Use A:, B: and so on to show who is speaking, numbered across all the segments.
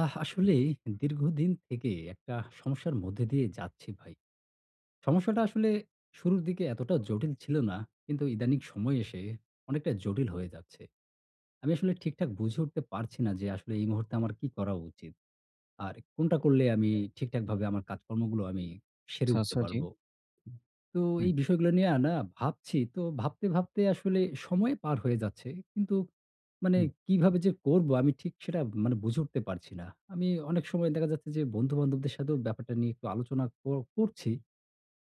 A: আসলে দীর্ঘদিন থেকে একটা সমস্যার মধ্যে দিয়ে যাচ্ছি ভাই। সমস্যাটা আসলে শুরুর দিকে এতটা জটিল ছিল না। কিন্তু ইদানিং সময় এসে অনেকটা জটিল হয়ে যাচ্ছে। আমি আসলে ঠিকঠাক বুঝে উঠতে পারছি না যে আসলে এই মুহূর্তে আমার কি করা উচিত? আর কোনটা করলে আমি ঠিকঠাকভাবে আমার কাজকর্মগুলো আমি সেরে
B: আচ্ছা,
A: উঠতে
B: আচ্ছা। জি।
A: পারব? তো
B: হুম,
A: এই বিষয়গুলো নিয়ে না ভাবছি। তো ভাবতে, ভাবতে আসলে সময় পার হয়ে যাচ্ছে। কিন্তু মানে
B: হুম,
A: কিভাবে যে করবো আমি ঠিক সেটা মানে বুঝে উঠতে পারছি না। আমি অনেক সময় দেখা যাচ্ছে যে বন্ধু-বান্ধবদের সাথেও ব্যাপারটা নিয়ে একটু আলোচনা করছি।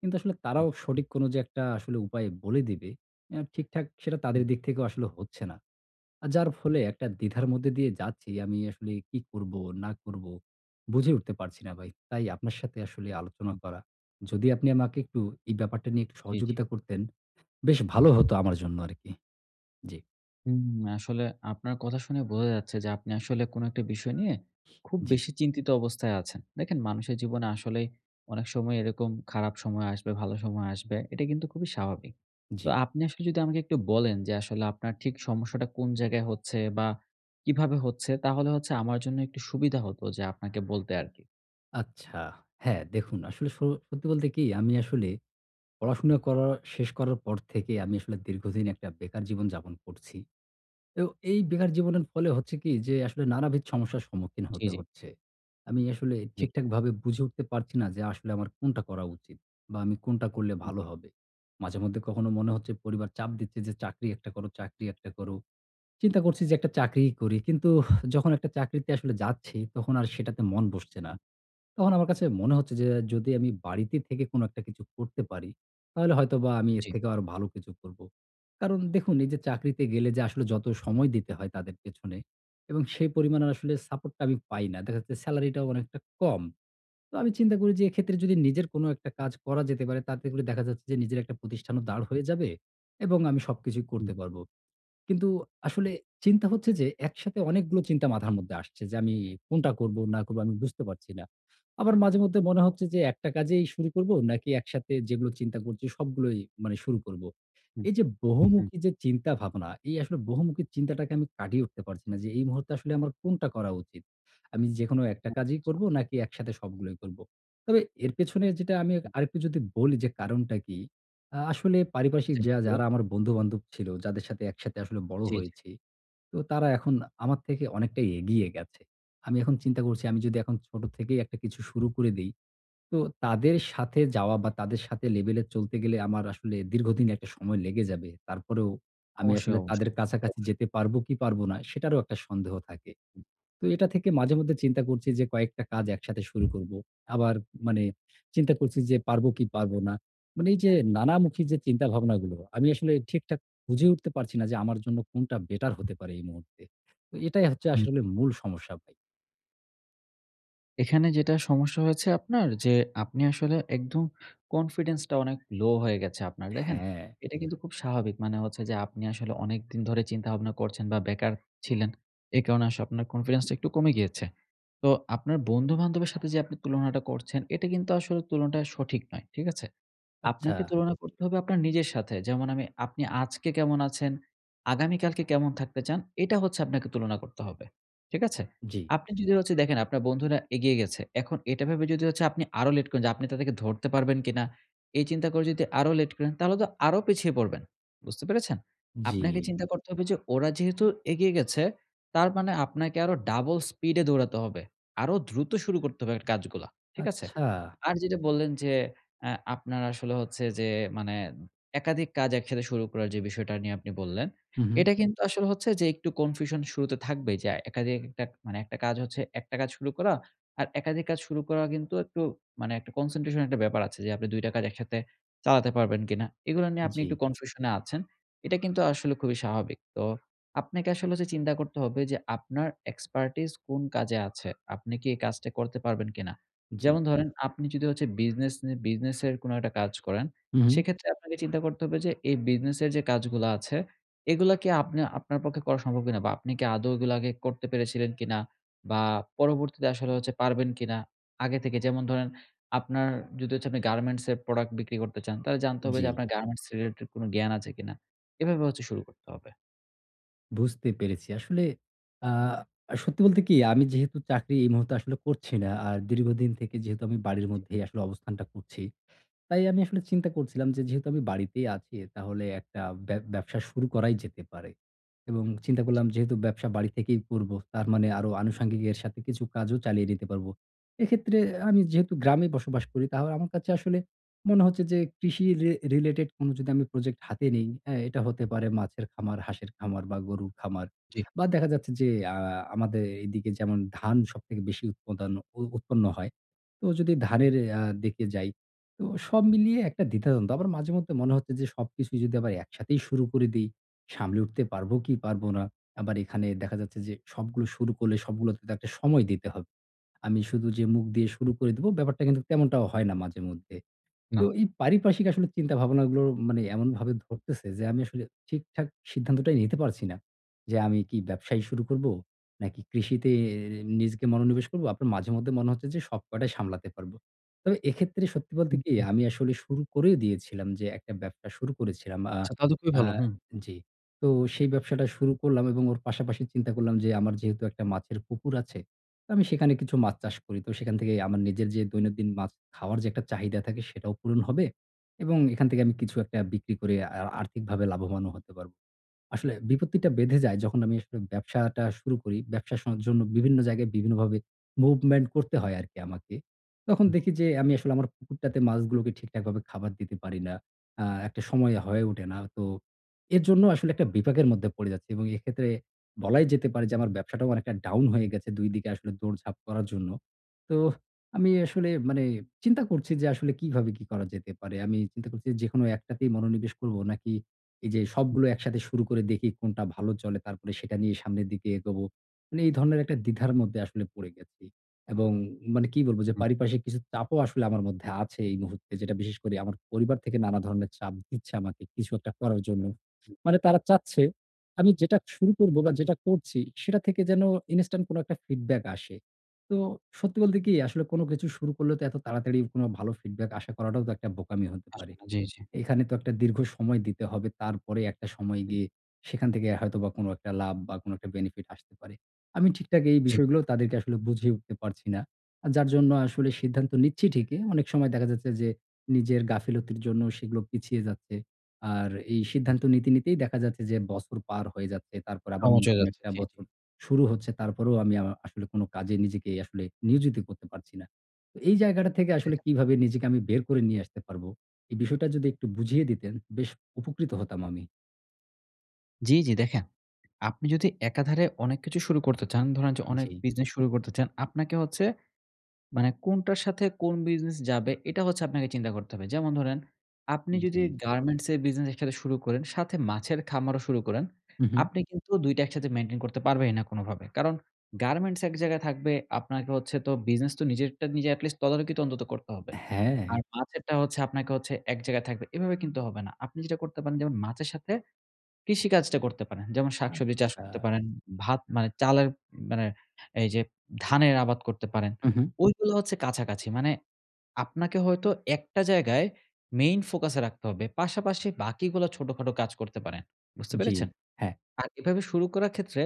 A: কিন্তু আসলে
B: হুম,
A: তারাও সঠিক কোনো যে একটা আসলে উপায় বলে দিবে, ঠিকঠাক সেটা তাদের
B: হুম,
A: দিক থেকেও আসলে হচ্ছে না। যার ফলে একটা দ্বিধার মধ্যে দিয়ে যাচ্ছি। আমি আসলে কি করব না করব বুঝে উঠতে পারছি না ভাই। তাই আপনার সাথে আসলে আলোচনা
B: হুম।
A: করা। যদি আপনি আমাকে একটু এই ব্যাপারটা নিয়ে একটু
B: জি, জি।
A: সহযোগিতা করতেন, বেশ ভালো হতো আমার জন্য আরকি। জি,
B: হুম, আসলে আপনার কথা শুনে বোঝা যাচ্ছে যে আপনি আসলে কোনো একটা বিষয় নিয়ে খুব
A: জি,
B: বেশি চিন্তিত অবস্থায় আছেন। দেখেন মানুষের জীবনে আসলে অনেক সময় এরকম খারাপ সময় আসবে, ভালো সময় আসবে। এটা কিন্তু খুবই স্বাভাবিক। তো
A: জি।
B: আপনি আসলে যদি আমাকে একটু বলেন যে আসলে আপনার ঠিক সমস্যাটা কোন জায়গায় হচ্ছে বা কিভাবে হচ্ছে তাহলে হচ্ছে আমার জন্য একটু সুবিধা হতো যে আপনাকে বলতে আরকি।
A: আচ্ছা। হ্যাঁ, দেখুন আসলে সত্যি বলতে কি আমি আসলে পড়াশোনা করা শেষ করার পর থেকে আমি আসলে দীর্ঘদিন একটা বেকার জীবন যাপন করছি। তো এই বেকার জীবনের ফলে হচ্ছে কি যে আসলে নানাবিধ সমস্যার সম্মুখীন
B: জি,
A: হতে
B: জি,
A: হচ্ছে। আমি আসলে
B: জি,
A: ঠিকঠাকভাবে বুঝে উঠতে পারছি না যে আসলে আমার কোনটা করা উচিত বা আমি কোনটা করলে
B: হুম,
A: ভালো হবে। মাঝেমধ্যে কখনো মনে হচ্ছে পরিবার চাপ দিচ্ছে যে চাকরি একটা করো, চাকরি একটা করো। চিন্তা করছি যে একটা চাকরিই করি। কিন্তু যখন একটা চাকরিতে আসলে যাচ্ছি তখন আর সেটাতে মন বসছে না। তখন আমার কাছে মনে হচ্ছে যে যদি আমি বাড়িতে থেকে কোনো একটা কিছু করতে পারি, তাহলে হয়তোবা আমি এর
B: জি,
A: থেকেও আরো ভালো কিছু করব। কারণ দেখুন এই যে চাকরিতে গেলে যে আসলে যত সময় দিতে হয় তাদের পেছনে এবং সেই পরিমাণ আসলে সাপোর্টটা আমি পাই না। দেখা যাচ্ছে সেলারিটাও অনেকটা কম। তো আমি চিন্তা করি যে এক্ষেত্রে যদি নিজের কোনো একটা কাজ করা যেতে পারে তাতে করে দেখা যাচ্ছে যে নিজের একটা প্রতিষ্ঠানও দাঁড় হয়ে যাবে এবং আমি সবকিছুই
B: হুম,
A: করতে পারব। কিন্তু আসলে চিন্তা হচ্ছে যে একসাথে অনেকগুলো চিন্তা মাথার মধ্যে আসছে যে আমি কোনটা করব না করব আমি বুঝতে পারছি না। আবার মাঝে মধ্যে মনে হচ্ছে যে একটা কাজেই শুরু করব নাকি একসাথে যেগুলো চিন্তা করছি সবগুলোই মানে শুরু করব।
B: হুম,
A: এই যে
B: হুম।
A: বহুমুখী যে চিন্তা ভাবনা এই আসলে বহুমুখী চিন্তাটাকে আমি কাটিয়ে উঠতে পারছি না যে এই মুহূর্তে আসলে আমার কোনটা করা উচিত। আমি যেকোনো একটা কাজই
B: আচ্ছা, আচ্ছা।
A: করব নাকি একসাথে সবগুলোই করব। তবে এর পেছনে যেটা আমি
B: হুম,
A: আরেকটু যদি বলি যে কারণটা কি? আসলে পারিপার্শ্বিক
B: জি,
A: যা
B: বলুন।
A: যারা আমার বন্ধু-বান্ধব ছিল, যাদের সাথে একসাথে আসলে বড়
B: জি, জি,
A: হয়েছি, তো তারা এখন আমার থেকে অনেকটাই এগিয়ে গেছে। আমি এখন চিন্তা করছি আমি যদি এখন ছোট থেকেই একটা কিছু শুরু করে দেই, তো তাদের
B: জি।
A: সাথে যাওয়া বা তাদের সাথে লেভেলে চলতে গেলে আমার আসলে দীর্ঘদিন একটা সময় লেগে যাবে। তারপরেও আমি
B: অবশ্যই,
A: আসলে
B: অবশ্যই।
A: তাদের
B: সে তো
A: কাছাকাছি
B: অবশ্যই।
A: যেতে পারবো কি পারবো না সেটারও একটা সন্দেহ থাকে।
B: হুম,
A: তো এটা থেকে মাঝে মধ্যে চিন্তা করছি যে কয়েকটা কাজ একসাথে শুরু করব। আবার মানে চিন্তা করছি যে পারবো কি পারবো না। মানে এই যে নানামুখী যে চিন্তা ভাবনাগুলো আমি আসলে ঠিকঠাক বুঝে উঠতে পারছি না যে আমার জন্য কোনটা বেটার হতে পারে এই মুহূর্তে। তো এটাই হচ্ছে
B: হুম।
A: আসলে মূল সমস্যা ভাই।
B: এখানে যেটা সমস্যা হয়েছে আপনার যে আপনি আসলে একদম কনফিডেন্স টা অনেক লো হয়ে গেছে আপনার। দেখেন
A: হ্যাঁ,
B: এটা কিন্তু খুব স্বাভাবিক। মানে হচ্ছে যে আপনি আসলে অনেকদিন ধরে চিন্তাভাবনা করছেন বা বেকার ছিলেন। এ কারণে আসলে আপনার কনফিডেন্স টা একটু কমে গিয়েছে। তো আপনার বন্ধু-বান্ধবের সাথে যে আপনি তুলনাটা করছেন, এটা কিন্তু আসলে তুলনাটা সঠিক নয়। ঠিক আছে?
A: আচ্ছা।
B: আপনাকে তুলনা করতে হবে আপনার নিজের সাথে। যেমন আমি আপনি আজকে কেমন আছেন, আগামীকালকে কেমন থাকতে চান, এটা হচ্ছে আপনাকে তুলনা করতে হবে। ঠিক আছে?
A: জি,
B: আপনি যদি হচ্ছে দেখেন আপনার বন্ধুরা এগিয়ে গেছে। এখন এটা ভেবে যদি হচ্ছে আপনি আরো লেট করেন যে আপনি তাদেরকে ধরতে পারবেন কিনা, এই চিন্তা করে যদি আরো লেট করেন তাহলে তো আরো পিছিয়ে পড়বেন। বুঝতে পেরেছেন?
A: জি।
B: আপনাকে চিন্তা করতে হবে যে ওরা যেহেতু এগিয়ে গেছে তার মানে আপনাকে আরো ডাবল স্পিড এ দৌড়াতে হবে। আরো দ্রুত শুরু করতে হবে কাজগুলা। ঠিক আছে?
A: আচ্ছা।
B: আর যেটা বললেন যে আ আপনার আসলে হচ্ছে যে মানে একাধিক কাজ একসাথে শুরু করার যে বিষয়টা নিয়ে আপনি বললেন,
A: হু, হু।
B: এটা হুম। কিন্তু আসলে হচ্ছে যে একটু কনফিউশন শুরুতে থাকবেই যে একাধিক একটা মানে একটা কাজ হচ্ছে একটা কাজ শুরু করা আর একাধিক কাজ শুরু করা কিন্তু একটু মানে একটা কনসেন্ট্রেশন একটা ব্যাপার আছে যে আপনি ২ টা কাজ একসাথে চালাতে পারবেন কিনা। এগুলো নিয়ে আপনি
A: জি,
B: একটু কনফিউশন এ আছেন। এটা কিন্তু আসলে খুবই স্বাভাবিক। তো আপনাকে আসলে হচ্ছে চিন্তা করতে হবে যে আপনার এক্সপার্টিজ কোন কাজে আছে? আপনি কি এই কাজটা করতে পারবেন কিনা?
A: জি।
B: যেমন ধরেন আপনি যদি হচ্ছে বিজনেসের কোনো একটা কাজ করেন,
A: হু, হু।
B: সেক্ষেত্রে আপনাকে চিন্তা করতে হবে যে এই বিজনেসের যে কাজগুলা আছে, এগুলা কি আপনি আপনার পক্ষে করা সম্ভব কিনা? বা আপনি কি আদৌ এগুলো আগে করতে পেরেছিলেন কিনা? বা পরবর্তীতে আসলে হচ্ছে পারবেন কিনা? আগে থেকে যেমন ধরেন আপনার যদি হচ্ছে আপনি গার্মেন্টস এর প্রোডাক্ট বিক্রি করতে চান, তাহলে জানতে হবে
A: জি।
B: যে আপনার গার্মেন্টস রিলেটেড কোনো জ্ঞান আছে কিনা? এভাবে হচ্ছে শুরু করতে হবে।
A: বুঝতে পেরেছি। আসলে আ সত্যি বলতে কি আমি যেহেতু চাকরি এই মুহূর্তে আসলে করছি না। আর দীর্ঘদিন থেকে যেহেতু আমি বাড়ির মধ্যেই আসলে অবস্থানটা করছি। তাই আমি আসলে চিন্তা করছিলাম যে যেহেতু আমি বাড়িতেই আছি তাহলে একটা ব্যবসা শুরু করাই যেতে পারে। এবং চিন্তা করলাম যেহেতু ব্যবসা বাড়ি থেকেই করব তার মানে আরো আনুষঙ্গিক এর সাথে কিছু কাজও চালিয়ে নিতে পারব। এক্ষেত্রে আমি যেহেতু গ্রামে বসবাস করি তাহলে আমার কাছে আসলে মনে হচ্ছে যে কৃষি রিলেটেড কোনো যদি আমি প্রজেক্ট হাতে নেই, হ্যাঁ? এটা হতে পারে মাছের খামার, হাঁসের খামার বা গরুর খামার
B: জি,
A: বা দেখা যাচ্ছে যে আ আমাদের এদিকে যেমন ধান সবথেকে বেশি উৎপদান উ উৎপন্ন হয়। তো যদি ধানের দিকে যাই, তো সব মিলিয়ে একটা দ্বিধাদ্বন্দ্ব। আবার মাঝেমধ্যে মনে হচ্ছে যে সবকিছুই যদি আবার একসাথেই শুরু করে দেই, সামলে উঠতে পারবো কি পারবো না। আবার এখানে দেখা যাচ্ছে যে সবগুলো শুরু করলে সবগুলোতে তো একটা সময় দিতে হবে। আমি শুধু যে মুখ দিয়ে শুরু করে দেব ব্যাপারটা কিন্তু তেমনটাও হয় না মাঝেমধ্যে।
B: না।
A: তো এই পারিপার্শ্বিক আসলে চিন্তা ভাবনাগুলো মানে এমনভাবে ধরতেছে যে আমি আসলে ঠিকঠাক সিদ্ধান্তটাই নিতে পারছি না। যে আমি কি ব্যবসাই শুরু করব? নাকি কৃষিতে নিজেকে মনোনিবেশ করব? আপনার মাঝে মধ্যে মনে হচ্ছে যে সব কয়টাই সামলাতে পারব। তবে এক্ষেত্রে সত্যি বলতে
B: হুম,
A: কি
B: হুম।
A: আমি আসলে শুরু করেই দিয়েছিলাম যে একটা ব্যবসা শুরু করেছিলাম। আ
B: আচ্ছা তাহলে খুবই
A: আ
B: ভালো। হুম,
A: জি। তো সেই ব্যবসাটা শুরু করলাম এবং ওর পাশাপাশি চিন্তা করলাম যে আমার যেহেতু একটা মাছের পুকুর আছে তো আমি সেখানে কিছু মাছ চাষ করি। তো সেখান থেকে আমার নিজের যে দৈনন্দিন মাছ খাওয়ার যে একটা চাহিদা থাকে সেটাও পূরণ হবে এবং এখান থেকে আমি কিছু একটা বিক্রি করে আর্থিকভাবে লাভবানও হতে পারব। আসলে বিপত্তিটা বেঁধে যায় যখন আমি আসলে ব্যবসাটা শুরু করি। ব্যবসার জন্য বিভিন্ন জায়গায় বিভিন্নভাবে মুভমেন্ট করতে হয় আরকি আমাকে। তখন দেখি যে আমি আসলে আমার পুকুরটাতে মাছগুলোকে ঠিকঠাকভাবে খাবার দিতে পারি না। একটা সময় হয়ে ওঠে না। তো এর জন্য আসলে একটা বিপাকের মধ্যে পড়ে যাচ্ছি এবং এক্ষেত্রে বলাই যেতে পারে যে আমার ব্যবসাটাও অনেকটা ডাউন হয়ে গেছে ২ দিকে আসলে দৌড়ঝাঁপ করার জন্য। তো আমি আসলে মানে চিন্তা করছি যে আসলে কিভাবে কি করা যেতে পারে? আমি চিন্তা করছি যেকোনো একটাতেই মনোনিবেশ করব নাকি এই যে সবগুলো একসাথে শুরু করে দেখি কোনটা ভালো চলে, তারপরে সেটা নিয়ে সামনের দিকে এগোবো। মানে এই ধরনের একটা দ্বিধার মধ্যে আসলে পড়ে গেছি। এবং মানে কি বলবো যে
B: হুম।
A: পারিপার্শ্বিক কিছু চাপও আসলে আমার মধ্যে আছে এই মুহূর্তে। যেটা বিশেষ করে আমার পরিবার থেকে নানা ধরনের চাপ দিচ্ছে আমাকে কিছু একটা করার জন্য। মানে তারা চাচ্ছে আমি যেটা শুরু করব বা যেটা করছি সেটা থেকে যেন ইনস্ট্যান্ট কোনো একটা ফিডব্যাক আসে। তো সত্যি বলতে কি আসলে কোনো কিছু শুরু করলে তো এত তাড়াতাড়ি কোনো ভালো ফিডব্যাক আশা করাটাও তো একটা বোকামি হতে
B: আসবে
A: পারে।
B: না। জি, জি।
A: এখানে তো একটা দীর্ঘ সময় দিতে হবে। তারপরে একটা সময়
B: হুম,
A: গিয়ে সেখান থেকে হয়তোবা কোনো একটা লাভ বা কোনো একটা বেনিফিট আসতে পারে। আমি ঠিকঠাক এই
B: জি।
A: বিষয়গুলো তাদেরকে আসলে বুঝিয়ে উঠতে পারছি না। যার জন্য আসলে সিদ্ধান্ত নিচ্ছি ঠিকই। অনেক সময় দেখা যাচ্ছে যে নিজের গাফিলতির জন্য সেগুলো পিছিয়ে যাচ্ছে। আর এই
B: হুম।
A: সিদ্ধান্ত নিতে, নিতেই দেখা যাচ্ছে যে বছর পার হয়ে যাচ্ছে। তারপর আবার
B: সময় চলে
A: নতুন একটা
B: যাচ্ছে। জি,
A: বছর শুরু হচ্ছে। তারপরেও আমি আসলে কোনো কাজে নিজেকে আসলে নিয়োজিত করতে পারছি না। তো এই জায়গাটা থেকে
B: জি।
A: আসলে কিভাবে নিজেকে আমি বের করে নিয়ে আসতে পারব? এই বিষয়টা যদি একটু বুঝিয়ে দিতেন বেশ উপকৃত হতাম আমি।
B: জি, জি দেখেন, আপনি যদি একাধারে অনেক কিছু শুরু করতে চান, ধরেন যে অনেক
A: জি,
B: বিজনেস শুরু করতে চান, আপনাকে হচ্ছে মানে কোনটার সাথে কোন বিজনেস যাবে এটা হচ্ছে আপনাকে চিন্তা করতে হবে। যেমন ধরেন, আপনি যদি
A: জি।
B: গার্মেন্টস এর বিজনেস একসাথে শুরু করেন, সাথে মাছের খামারও শুরু করেন,
A: হুম, হুম।
B: আপনি কিন্তু ২ টা একসাথে মেইনটেইন করতে পারবেনই না কোনোভাবে। কারণ গার্মেন্টস এক জায়গায় থাকবে, আপনাকে হচ্ছে তো বিজনেস তো নিজেরটা নিজে এটলিস্ট তদারকি তো অন্তত করতে হবে।
A: হ্যাঁ।
B: আর মাছেরটা হচ্ছে আপনাকে হচ্ছে এক জায়গায় থাকবে। এভাবে কিন্তু হবে না। আপনি যেটা করতে পারেন যেমন মাছের সাথে কৃষিকাজটা করতে পারেন। যেমন শাকসবজি চাষ
A: আচ্ছা।
B: করতে পারেন, ভাত মানে চালের মানে এই যে ধানের আবাদ করতে পারেন।
A: হুম, হুম।
B: ওইগুলো হচ্ছে কাছাকাছি। মানে আপনাকে হয়তো একটা জায়গায় মেইন ফোকাস এ রাখতে হবে। পাশাপাশি বাকিগুলা ছোটখাটো কাজ করতে পারেন। বুঝতে
A: জি।
B: পেরেছেন?
A: হ্যাঁ।
B: আর এভাবে শুরু করার ক্ষেত্রে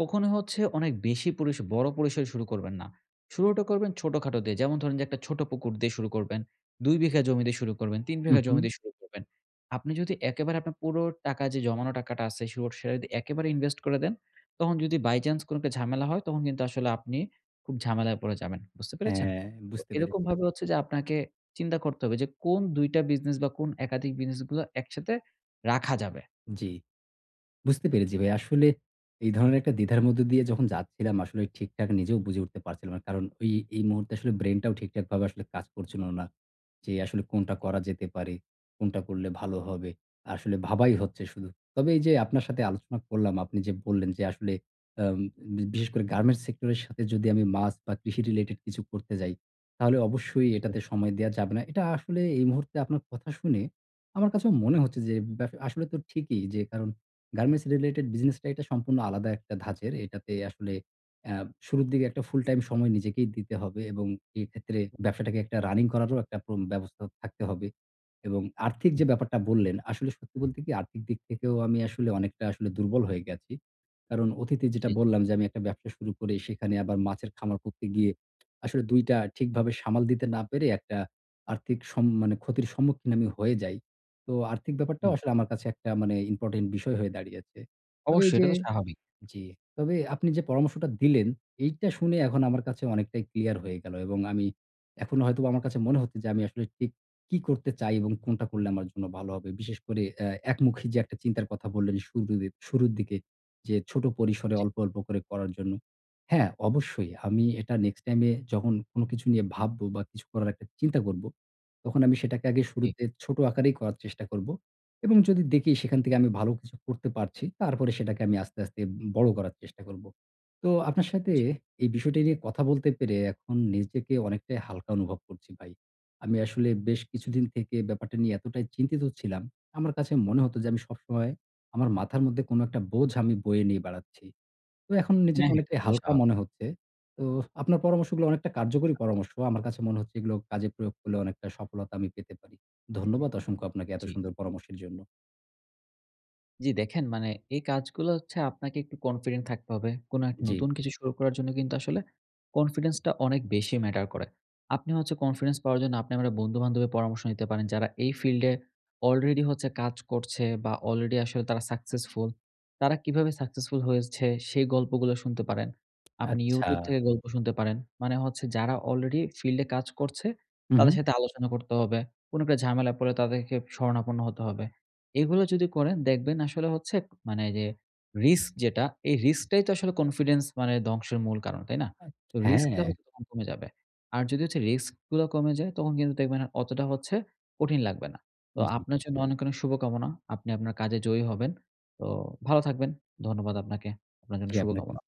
B: কখনো হচ্ছে অনেক বেশি বড় পরিসরে শুরু করবেন না। শুরুটা করবেন ছোটখাটো দিয়ে। যেমন ধরেন যে একটা ছোট পুকুর দিয়ে শুরু করবেন, ২ বিঘা জমি দিয়ে শুরু করবেন, ৩ বিঘা
A: হুম,
B: জমি
A: হুম।
B: দিয়ে শুরু করবেন। আপনি যদি একেবারে আপনার পুরো টাকা যে জমানো টাকাটা আছে শুরুর সেটা যদি একেবারে ইনভেস্ট করে দেন, তখন যদি বাই চান্স কোনো একটা ঝামেলা হয় তখন কিন্তু আসলে আপনি খুব ঝামেলায় পড়ে যাবেন। বুঝতে পেরেছেন?
A: হ্যাঁ,
B: তো
A: বুঝতে পেরেছি।
B: এরকমভাবে হচ্ছে যে আপনাকে চিন্তা করতে হবে যে কোন ২ টা বিজনেস বা কোন একাধিক বিজনেস গুলো একসাথে রাখা যাবে।
A: জি। বুঝতে পেরেছি ভাই। আসলে এই ধরনের একটা দ্বিধার মধ্য দিয়ে যখন যাচ্ছিলাম আসলে ঠিকঠাক নিজেও বুঝে উঠতে পারছিলাম না। কারণ ওই এই মুহূর্তে আসলে ব্রেইনটাও ঠিকঠাকভাবে আসলে কাজ করছিল না। যে আসলে কোনটা
B: জি,
A: করা যেতে পারে, কোনটা করলে ভালো হবে। আসলে ভাবাই হচ্ছে শুধু। তবে এই যে আপনার সাথে আলোচনা করলাম, আপনি যে বললেন যে আসলে আম বি বিশেষ করে গার্মেন্টস সেক্টর এর সাথে যদি আমি মাছ বা কৃষি রিলেটেড কিছু করতে যাই, তাহলে অবশ্যই
B: জি,
A: এটাতে সময় দেয়া যাবে না। এটা আসলে এই মুহূর্তে আপনার কথা শুনে আমার কাছেও মনে হচ্ছে যে আসলে তো ঠিকই যে কারণ গার্মেন্টস রিলেটেড বিজনেসটা এটা সম্পূর্ণ আলাদা একটা ধাঁচের। এটাতে আসলে অ্যা শুরুর দিকে একটা ফুল টাইম সময় নিজেকেই দিতে হবে এবং এক্ষেত্রে ব্যবসাটাকে একটা রানিং করারও একটা ব্যবস্থা থাকতে হবে। এবং আর্থিক
B: হুম,
A: যে ব্যাপারটা বললেন, আসলে সত্যি বলতে কি আর্থিক দিক থেকেও আমি আসলে অনেকটা আসলে দুর্বল হয়ে গেছি। কারণ অতীতে
B: জি,
A: যেটা
B: জি।
A: বললাম যে আমি একটা ব্যবসা শুরু করে সেখানে আবার মাছের খামার করতে গিয়ে আসলে ২ টা ঠিকভাবে সামাল দিতে না পেরে একটা আর্থিক মানে ক্ষতির সম্মুখীন আমি হয়ে যাই। তো আর্থিক
B: হুম।
A: ব্যাপারটাও আসলে আমার কাছে একটা মানে ইম্পোর্টেন্ট বিষয় হয়ে দাঁড়িয়েছে। তবে এই
B: অবশ্যই এটা
A: যে
B: তো স্বাভাবিক।
A: জি। তবে আপনি যে পরামর্শটা দিলেন, এইটা শুনে এখন আমার কাছে অনেকটাই ক্লিয়ার হয়ে গেল এবং আমি এখন হয়তোবা আমার কাছে মনে হচ্ছে যে আমি আসলে ঠিক কি করতে চাই এবং কোনটা করলে আমার জন্য ভালো হবে। বিশেষ করে একমুখী যে
B: জি,
A: একটা চিন্তার কথা বললেন শুরুর দিকে যে ছোট পরিসরে
B: জি,
A: অল্প, অল্প করে করার জন্য। হ্যাঁ, অবশ্যই আমি এটা নেক্সট টাইম এ যখন কোন কিছু নিয়ে ভাববো বা কিছু করার একটা চিন্তা করব, তখন আমি সেটাকে আগে
B: জি,
A: শুরুতে ছোট আকারেই করার চেষ্টা করব। এবং যদি দেখি সেখান থেকে আমি ভালো কিছু করতে পারছি, তারপরে সেটাকে আমি আস্তে, আস্তে বড় করার চেষ্টা করব। তো আপনার সাথে
B: জি,
A: এই বিষয়টি নিয়ে কথা বলতে পেরে এখন নিজেকে অনেকটাই হালকা অনুভব করছি ভাই। আমি আসলে বেশ
B: জি।
A: কিছুদিন থেকে ব্যাপারটা নিয়ে এতটাই চিন্তিত ছিলাম। আমার কাছে মনে হতো যে আমি সবসময় আমার মাথার মধ্যে কোনো একটা বোঝ আমি বয়ে নিয়ে বেড়াচ্ছি। তো এখন
B: হ্যাঁ,
A: নিজেকে
B: হ্যাঁ, এটা
A: অনেকটাই
B: খুবই
A: হালকা
B: স্বাভাবিক।
A: মনে হচ্ছে। তো আপনার পরামর্শগুলো অনেকটা কার্যকরী পরামর্শ। আমার কাছে মনে হচ্ছে এগুলো কাজে প্রয়োগ করলে অনেকটা সফলতা আমি পেতে পারি। ধন্যবাদ অসংখ্য আপনাকে এত
B: জি।
A: সুন্দর পরামর্শের জন্য।
B: জি, দেখেন মানে এই কাজগুলো হচ্ছে আপনাকে একটু কনফিডেন্ট থাকতে হবে। কোন এক
A: জি।
B: নতুন কিছু শুরু করার জন্য কিন্তু আসলে কনফিডেন্সটা অনেক বেশি ম্যাটার করে। আপনি হচ্ছে কনফিডেন্স পাওয়ার জন্য আপনি আপনার বন্ধু-বান্ধবের পরামর্শ নিতে পারেন। যারা এই ফিল্ডে অলরেডি হচ্ছে কাজ করছে বা অলরেডি আসলে তারা সাকসেসফুল। তারা কিভাবে সাকসেসফুল হয়েছে সেই গল্পগুলো শুনতে পারেন। আপনি
A: আচ্ছা।
B: YouTube থেকে গল্প শুনতে পারেন। মানে হচ্ছে যারা অলরেডি ফিল্ডে কাজ করছে
A: হু, হু।
B: তাদের সাথে আলোচনা করতে হবে। কোন একটা ঝামেলায় পড়লে তাদেরকে শরণাপন্ন হতে হবে। এগুলো যদি করেন দেখবেন আসলে হচ্ছে মানে যে রিস্ক যেটা, এই রিস্কটাই তো আসলে কনফিডেন্স মানে ধ্বংসের মূল কারণ, তাই না?
A: আ
B: তো হুম। রিস্কটা
A: হ্যাঁ।
B: হচ্ছে তখন কমে যাবে। আর যদি হচ্ছে রিস্ক গুলো কমে যায় তখন কিন্তু দেখবেন আর অতটা হচ্ছে কঠিন লাগবে না। তো
A: জি,
B: আপনার জন্য অনেক, অনেক শুভকামনা। আপনি আপনার কাজে জয়ী হবেন। তো ভালো থাকবেন। ধন্যবাদ আপনাকে। আপনার জন্য
A: জি আপনাকে
B: শুভকামনা।